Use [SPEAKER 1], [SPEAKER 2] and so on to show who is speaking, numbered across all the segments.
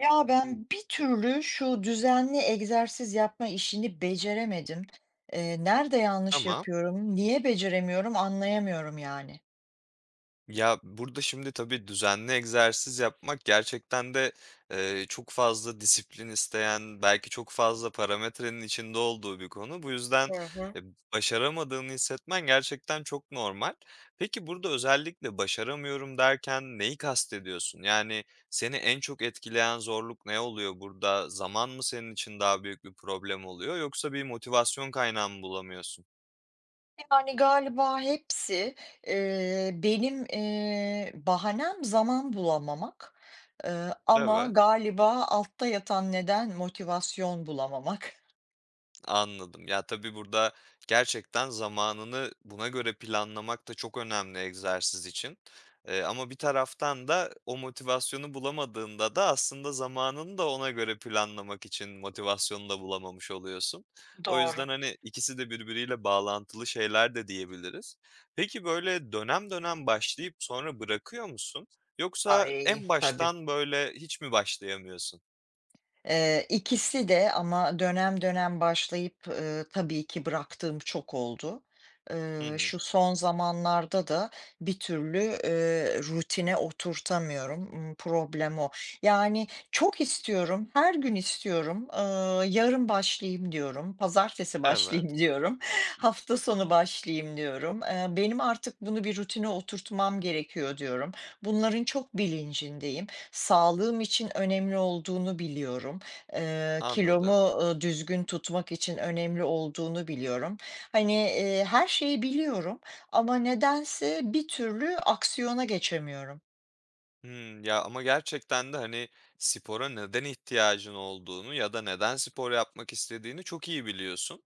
[SPEAKER 1] Ya ben bir türlü şu düzenli egzersiz yapma işini beceremedim. Nerede yanlış
[SPEAKER 2] Tamam.
[SPEAKER 1] yapıyorum, niye beceremiyorum anlayamıyorum yani.
[SPEAKER 2] Ya, burada şimdi tabii düzenli egzersiz yapmak gerçekten de, çok fazla disiplin isteyen, belki çok fazla parametrenin içinde olduğu bir konu. Bu yüzden, eee, başaramadığını hissetmen gerçekten çok normal. Peki, burada özellikle "başaramıyorum" derken neyi kastediyorsun? Yani, seni en çok etkileyen zorluk ne oluyor burada? Zaman mı senin için daha büyük bir problem oluyor yoksa bir motivasyon kaynağı mı bulamıyorsun?
[SPEAKER 1] Yani galiba hepsi benim bahanem zaman bulamamak. Eee, Ama
[SPEAKER 2] Evet.
[SPEAKER 1] galiba altta yatan neden motivasyon bulamamak.
[SPEAKER 2] Anladım. Ya, tabii burada gerçekten zamanını buna göre planlamak da çok önemli egzersiz için. Ama bir taraftan da o motivasyonu bulamadığında da aslında zamanını da ona göre planlamak için motivasyonu da bulamamış oluyorsun. O
[SPEAKER 1] Doğru.
[SPEAKER 2] yüzden, hani, ikisi de birbiriyle bağlantılı şeyler de diyebiliriz. Peki, böyle dönem dönem başlayıp sonra bırakıyor musun? Yoksa
[SPEAKER 1] Ay
[SPEAKER 2] en
[SPEAKER 1] tabii.
[SPEAKER 2] baştan, böyle, hiç mi başlayamıyorsun?
[SPEAKER 1] İkisi de ama dönem dönem başlayıp, tabii ki bıraktığım çok oldu.
[SPEAKER 2] Hı hı.
[SPEAKER 1] Şu son zamanlarda da bir türlü, rutine oturtamıyorum. Problem o. Yani çok istiyorum, her gün istiyorum. Yarın başlayayım diyorum, pazartesi başlayayım
[SPEAKER 2] Evet,
[SPEAKER 1] diyorum, hafta sonu başlayayım diyorum. Benim artık bunu bir rutine oturtmam gerekiyor diyorum. Bunların çok bilincindeyim. Sağlığım için önemli olduğunu biliyorum.
[SPEAKER 2] anladım.
[SPEAKER 1] Kilomu, düzgün tutmak için önemli olduğunu biliyorum. Hani, her şeyi biliyorum ama nedense bir türlü aksiyona geçemiyorum.
[SPEAKER 2] Hımm. Ya, ama gerçekten de, hani, spora neden ihtiyacın olduğunu ya da neden spor yapmak istediğini çok iyi biliyorsun.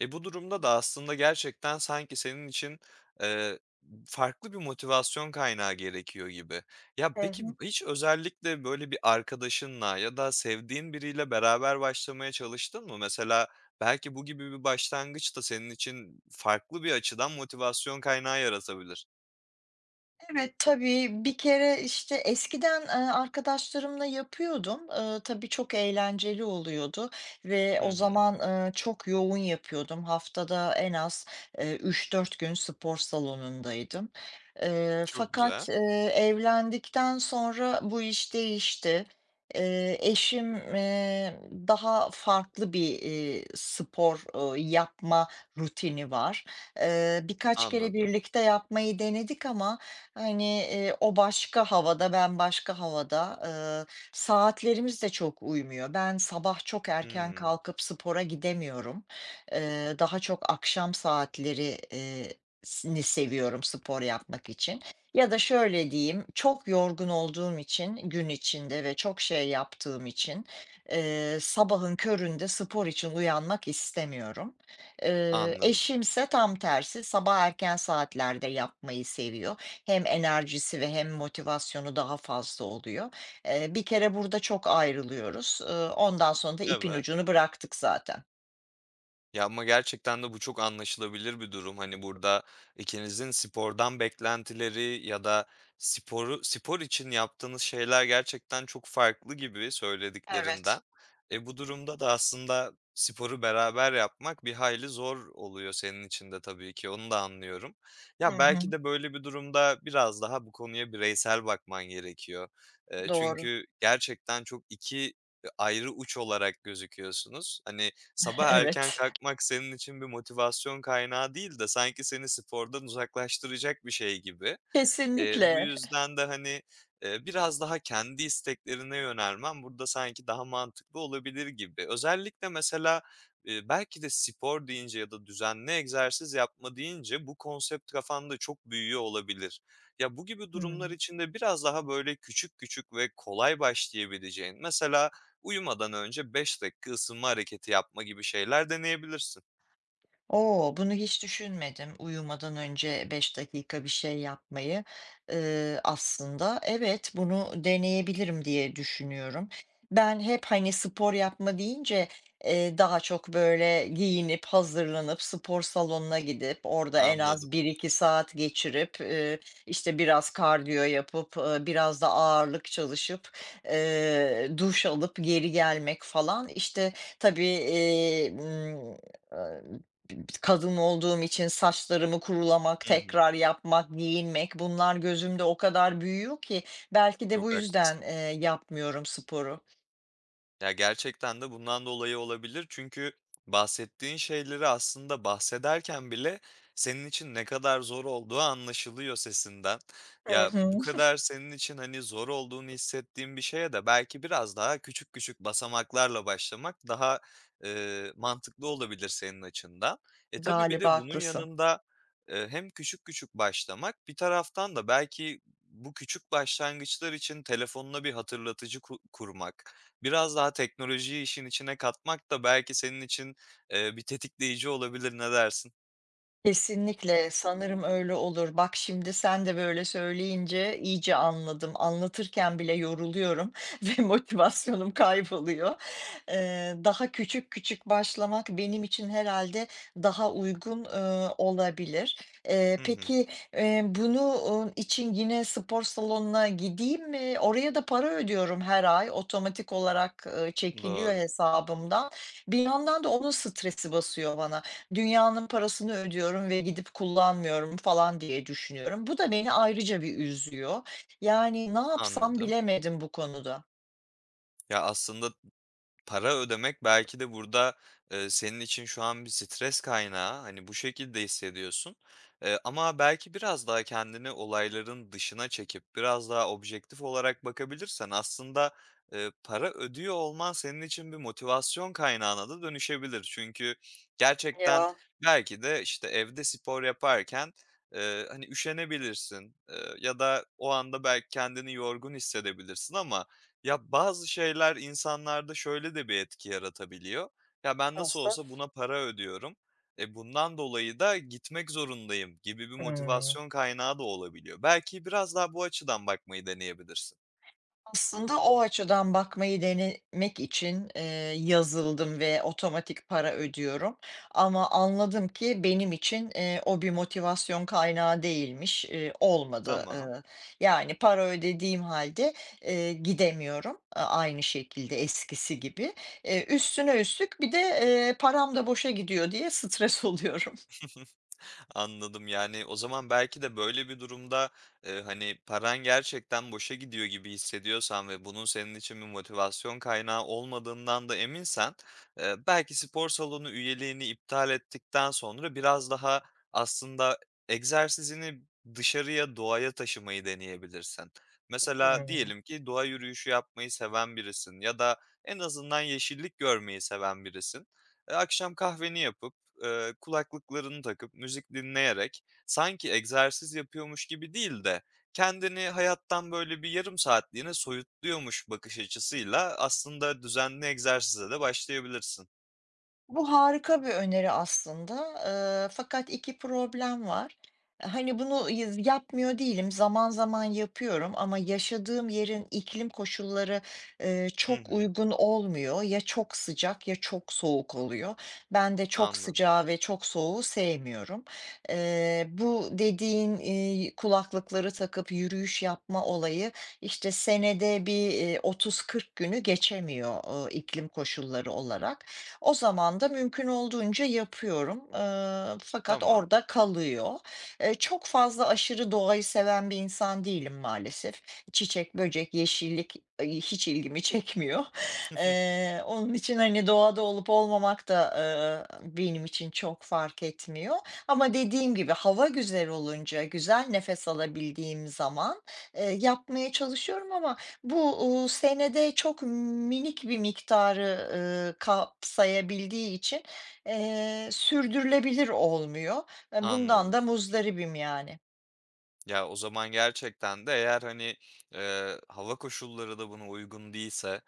[SPEAKER 2] E, bu durumda da aslında gerçekten sanki senin için, eee, farklı bir motivasyon kaynağı gerekiyor gibi. Ya,
[SPEAKER 1] Evet.
[SPEAKER 2] peki hiç özellikle böyle bir arkadaşınla ya da sevdiğin biriyle beraber başlamaya çalıştın mı? Mesela belki bu gibi bir başlangıç da senin için farklı bir açıdan motivasyon kaynağı yaratabilir.
[SPEAKER 1] Evet, tabii. Bir kere, işte, eskiden, arkadaşlarımla yapıyordum. Tabii çok eğlenceli oluyordu ve o
[SPEAKER 2] Hı hı.
[SPEAKER 1] zaman, çok yoğun yapıyordum. Haftada en az, 3-4 gün spor salonundaydım.
[SPEAKER 2] Çok güzel.
[SPEAKER 1] Fakat, evlendikten sonra bu iş değişti. Eşim, daha farklı bir, spor, yapma rutini var. Birkaç kere
[SPEAKER 2] Anladım.
[SPEAKER 1] birlikte yapmayı denedik ama hani, o başka havada, ben başka havada. Saatlerimiz de çok uymuyor. Ben sabah çok erken
[SPEAKER 2] Hımm.
[SPEAKER 1] kalkıp spora gidemiyorum. Daha çok akşam saatleri, si ni seviyorum spor yapmak için. Ya da şöyle diyeyim, çok yorgun olduğum için gün içinde ve çok şey yaptığım için, sabahın köründe spor için uyanmak istemiyorum.
[SPEAKER 2] Anladım.
[SPEAKER 1] Eşimse tam tersi sabah erken saatlerde yapmayı seviyor. Hem enerjisi ve hem motivasyonu daha fazla oluyor. Bir kere burada çok ayrılıyoruz. Ondan sonra da ipin
[SPEAKER 2] Evet.
[SPEAKER 1] ucunu bıraktık zaten.
[SPEAKER 2] Ya, ama gerçekten de bu çok anlaşılabilir bir durum. Hani, burada ikinizin spordan beklentileri ya da sporu spor için yaptığınız şeyler gerçekten çok farklı gibi söylediklerinden.
[SPEAKER 1] Evet.
[SPEAKER 2] E, bu durumda da aslında sporu beraber yapmak bir hayli zor oluyor senin için de tabii ki, onu da anlıyorum.
[SPEAKER 1] Hı
[SPEAKER 2] Ya,
[SPEAKER 1] hı.
[SPEAKER 2] belki de böyle bir durumda biraz daha bu konuya bireysel bakman gerekiyor.
[SPEAKER 1] Doğru.
[SPEAKER 2] Çünkü gerçekten çok 2 ayrı uç olarak gözüküyorsunuz. Hani, sabah erken
[SPEAKER 1] Evet.
[SPEAKER 2] kalkmak senin için bir motivasyon kaynağı değil de sanki seni spordan uzaklaştıracak bir şey gibi. Bu
[SPEAKER 1] Kesinlikle.
[SPEAKER 2] yüzden de, hani, biraz daha kendi isteklerine yönelmen burada sanki daha mantıklı olabilir gibi. Özellikle mesela, belki de spor deyince ya da düzenli egzersiz yapma deyince bu konsept kafanda çok büyüyor olabilir. Ya, bu gibi durumlar
[SPEAKER 1] Hıı.
[SPEAKER 2] içinde biraz daha, böyle, küçük küçük ve kolay başlayabileceğin, mesela uyumadan önce 5 dakika ısınma hareketi yapma gibi şeyler deneyebilirsin.
[SPEAKER 1] Oo, bunu hiç düşünmedim. Uyumadan önce 5 dakika bir şey yapmayı. Aslında evet, bunu deneyebilirim diye düşünüyorum. Ben hep, hani, spor yapma deyince, daha çok böyle giyinip, hazırlanıp, spor salonuna gidip, orada en
[SPEAKER 2] Anladım.
[SPEAKER 1] az bir iki saat geçirip, işte, biraz kardiyo yapıp, biraz da ağırlık çalışıp, duş alıp geri gelmek falan. İşte, tabii, kadın olduğum için saçlarımı kurulamak,
[SPEAKER 2] Hı hı.
[SPEAKER 1] tekrar yapmak, giyinmek bunlar gözümde o kadar büyüyor ki belki de bu
[SPEAKER 2] Çok haklısın.
[SPEAKER 1] yüzden, yapmıyorum sporu.
[SPEAKER 2] Ya, gerçekten de bundan dolayı olabilir. Çünkü bahsettiğin şeyleri aslında bahsederken bile senin için ne kadar zor olduğu anlaşılıyor sesinden.
[SPEAKER 1] Hı
[SPEAKER 2] Ya, bu
[SPEAKER 1] hı.
[SPEAKER 2] kadar senin için, hani, zor olduğunu hissettiğin bir şeye de belki biraz daha küçük küçük basamaklarla başlamak daha, mantıklı olabilir senin açından. E, tabii bir
[SPEAKER 1] Galiba
[SPEAKER 2] de bunun
[SPEAKER 1] haklısın.
[SPEAKER 2] yanında, hem küçük küçük başlamak, bir taraftan da belki bu küçük başlangıçlar için telefonuna bir hatırlatıcı kurmak. Biraz daha teknolojiyi işin içine katmak da belki senin için, bir tetikleyici olabilir. Ne dersin?
[SPEAKER 1] Kesinlikle, sanırım öyle olur. Bak şimdi sen de böyle söyleyince iyice anladım. Anlatırken bile yoruluyorum ve motivasyonum kayboluyor. Daha küçük küçük başlamak benim için herhalde daha uygun, olabilir.
[SPEAKER 2] Hı hı.
[SPEAKER 1] Peki, bunu, için yine spor salonuna gideyim mi? Oraya da para ödüyorum her ay. Otomatik olarak, çekiliyor
[SPEAKER 2] Doğru.
[SPEAKER 1] hesabımdan. Bir yandan da onun stresi basıyor bana. Dünyanın parasını ödüyorum ve gidip kullanmıyorum falan diye düşünüyorum. Bu da beni ayrıca bir üzüyor. Yani ne yapsam
[SPEAKER 2] Anladım.
[SPEAKER 1] bilemedim bu konuda.
[SPEAKER 2] Ya, aslında para ödemek belki de burada, senin için şu an bir stres kaynağı. Hani, bu şekilde hissediyorsun, ama belki biraz daha kendini olayların dışına çekip biraz daha objektif olarak bakabilirsen aslında, para ödüyor olman senin için bir motivasyon kaynağına da dönüşebilir. Çünkü gerçekten
[SPEAKER 1] Ya,
[SPEAKER 2] belki de, işte, evde spor yaparken, hani, üşenebilirsin, ya da o anda belki kendini yorgun hissedebilirsin ama ya, bazı şeyler insanlarda şöyle de bir etki yaratabiliyor. Ya, ben nasıl
[SPEAKER 1] nasıl?
[SPEAKER 2] olsa buna para ödüyorum, bundan dolayı da gitmek zorundayım gibi bir
[SPEAKER 1] Hıı.
[SPEAKER 2] motivasyon kaynağı da olabiliyor. Belki biraz daha bu açıdan bakmayı deneyebilirsin.
[SPEAKER 1] Aslında o açıdan bakmayı denemek için, yazıldım ve otomatik para ödüyorum ama anladım ki benim için, o bir motivasyon kaynağı değilmiş, olmadı.
[SPEAKER 2] Tamam.
[SPEAKER 1] Yani, para ödediğim halde gidemiyorum, aynı şekilde eskisi gibi. Üstüne üstlük bir de, param da boşa gidiyor diye stres oluyorum.
[SPEAKER 2] Anladım. Yani, o zaman belki de böyle bir durumda, hani, paran gerçekten boşa gidiyor gibi hissediyorsan ve bunun senin için bir motivasyon kaynağı olmadığından da eminsen, belki spor salonu üyeliğini iptal ettikten sonra biraz daha aslında egzersizini dışarıya, doğaya taşımayı deneyebilirsin. Mesela
[SPEAKER 1] Hıı.
[SPEAKER 2] diyelim ki doğa yürüyüşü yapmayı seven birisin ya da en azından yeşillik görmeyi seven birisin. Akşam kahveni yapıp kulaklıklarını takıp müzik dinleyerek sanki egzersiz yapıyormuş gibi değil de kendini hayattan böyle bir yarım saatliğine soyutluyormuş bakış açısıyla aslında düzenli egzersize de başlayabilirsin.
[SPEAKER 1] Bu harika bir öneri aslında, fakat 2 problem var. Hani, bunu yapmıyor değilim, zaman zaman yapıyorum ama yaşadığım yerin iklim koşulları,
[SPEAKER 2] Hı
[SPEAKER 1] çok
[SPEAKER 2] hı,
[SPEAKER 1] uygun olmuyor. Ya çok sıcak ya çok soğuk oluyor. Ben de çok
[SPEAKER 2] anladım.
[SPEAKER 1] sıcağı ve çok soğuğu sevmiyorum. Bu dediğin, kulaklıkları takıp yürüyüş yapma olayı, işte, senede bir, 30-40 günü geçemiyor, iklim koşulları olarak. O zaman da mümkün olduğunca yapıyorum, fakat
[SPEAKER 2] Tamam.
[SPEAKER 1] orada kalıyor. Çok fazla aşırı doğayı seven bir insan değilim maalesef. Çiçek, böcek, yeşillik, hiç ilgimi çekmiyor. Onun için, hani, doğada olup olmamak da, benim için çok fark etmiyor ama dediğim gibi hava güzel olunca, güzel nefes alabildiğim zaman, yapmaya çalışıyorum ama bu, senede çok minik bir miktarı, kapsayabildiği için, sürdürülebilir olmuyor. Bundan
[SPEAKER 2] Anladım.
[SPEAKER 1] da muzdaribim yani.
[SPEAKER 2] Ya, o zaman gerçekten de eğer, hani, hava koşulları da buna uygun değilse,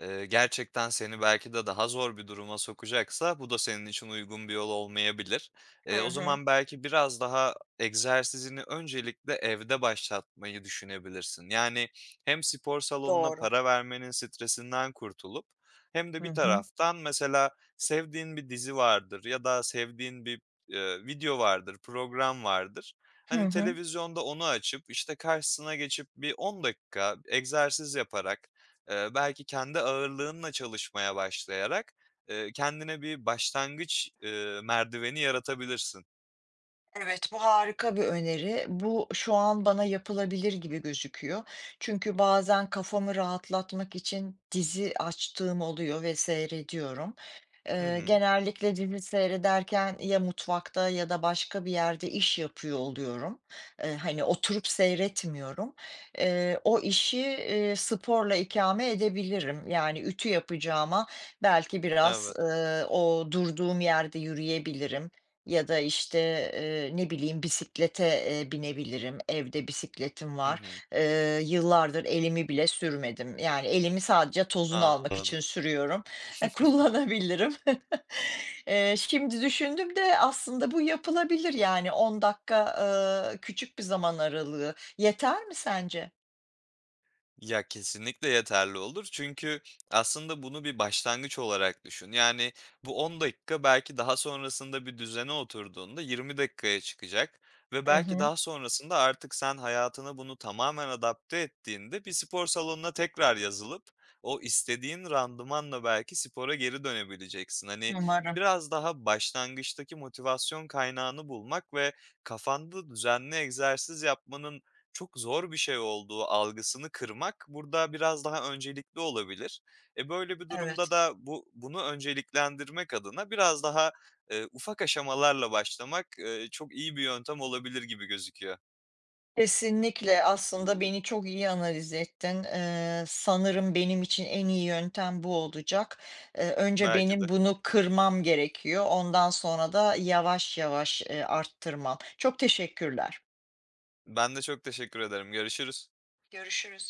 [SPEAKER 2] gerçekten seni belki de daha zor bir duruma sokacaksa bu da senin için uygun bir yol olmayabilir.
[SPEAKER 1] Hı
[SPEAKER 2] O
[SPEAKER 1] hı.
[SPEAKER 2] zaman belki biraz daha egzersizini öncelikle evde başlatmayı düşünebilirsin. Yani hem spor salonuna
[SPEAKER 1] Doğru.
[SPEAKER 2] para vermenin stresinden kurtulup hem de
[SPEAKER 1] Hı
[SPEAKER 2] bir
[SPEAKER 1] hı.
[SPEAKER 2] taraftan mesela sevdiğin bir dizi vardır ya da sevdiğin bir, video vardır, program vardır.
[SPEAKER 1] Hı
[SPEAKER 2] Hani,
[SPEAKER 1] hı.
[SPEAKER 2] televizyonda onu açıp, işte, karşısına geçip bir 10 dakika egzersiz yaparak, belki kendi ağırlığınla çalışmaya başlayarak, kendine bir başlangıç, merdiveni yaratabilirsin.
[SPEAKER 1] Evet, bu harika bir öneri. Bu şu an bana yapılabilir gibi gözüküyor. Çünkü bazen kafamı rahatlatmak için dizi açtığım oluyor ve seyrediyorum.
[SPEAKER 2] Hı hı.
[SPEAKER 1] Genellikle dizi seyrederken ya mutfakta ya da başka bir yerde iş yapıyor oluyorum. Hani, oturup seyretmiyorum. O işi, sporla ikame edebilirim. Yani, ütü yapacağıma belki biraz,
[SPEAKER 2] Evet.
[SPEAKER 1] o durduğum yerde yürüyebilirim ya da, işte, ne bileyim, bisiklete, binebilirim. Evde bisikletim
[SPEAKER 2] Hı
[SPEAKER 1] var.
[SPEAKER 2] hı.
[SPEAKER 1] Yıllardır elimi bile sürmedim. Yani, elimi sadece tozunu almak
[SPEAKER 2] Anladım.
[SPEAKER 1] için sürüyorum. E, kullanabilirim. Şimdi düşündüm de aslında bu yapılabilir, yani, 10 dakika, küçük bir zaman aralığı. Yeter mi sence?
[SPEAKER 2] Ya, kesinlikle yeterli olur çünkü aslında bunu bir başlangıç olarak düşün. Yani, bu 10 dakika belki daha sonrasında bir düzene oturduğunda 20 dakikaya çıkacak ve
[SPEAKER 1] Hı
[SPEAKER 2] belki
[SPEAKER 1] hı.
[SPEAKER 2] daha sonrasında artık sen hayatına bunu tamamen adapte ettiğinde bir spor salonuna tekrar yazılıp o istediğin randımanla belki spora geri dönebileceksin. Hani,
[SPEAKER 1] Umarım.
[SPEAKER 2] biraz daha başlangıçtaki motivasyon kaynağını bulmak ve kafanda düzenli egzersiz yapmanın çok zor bir şey olduğu algısını kırmak burada biraz daha öncelikli olabilir. E, böyle bir durumda
[SPEAKER 1] Evet.
[SPEAKER 2] da bunu önceliklendirmek adına biraz daha, ufak aşamalarla başlamak, çok iyi bir yöntem olabilir gibi gözüküyor
[SPEAKER 1] Kesinlikle. Aslında beni çok iyi analiz ettin. Sanırım benim için en iyi yöntem bu olacak. Önce
[SPEAKER 2] belki
[SPEAKER 1] benim
[SPEAKER 2] de.
[SPEAKER 1] bunu kırmam gerekiyor. Ondan sonra da yavaş yavaş, arttırmam. Çok teşekkürler.
[SPEAKER 2] Ben de çok teşekkür ederim. Görüşürüz.
[SPEAKER 1] Görüşürüz.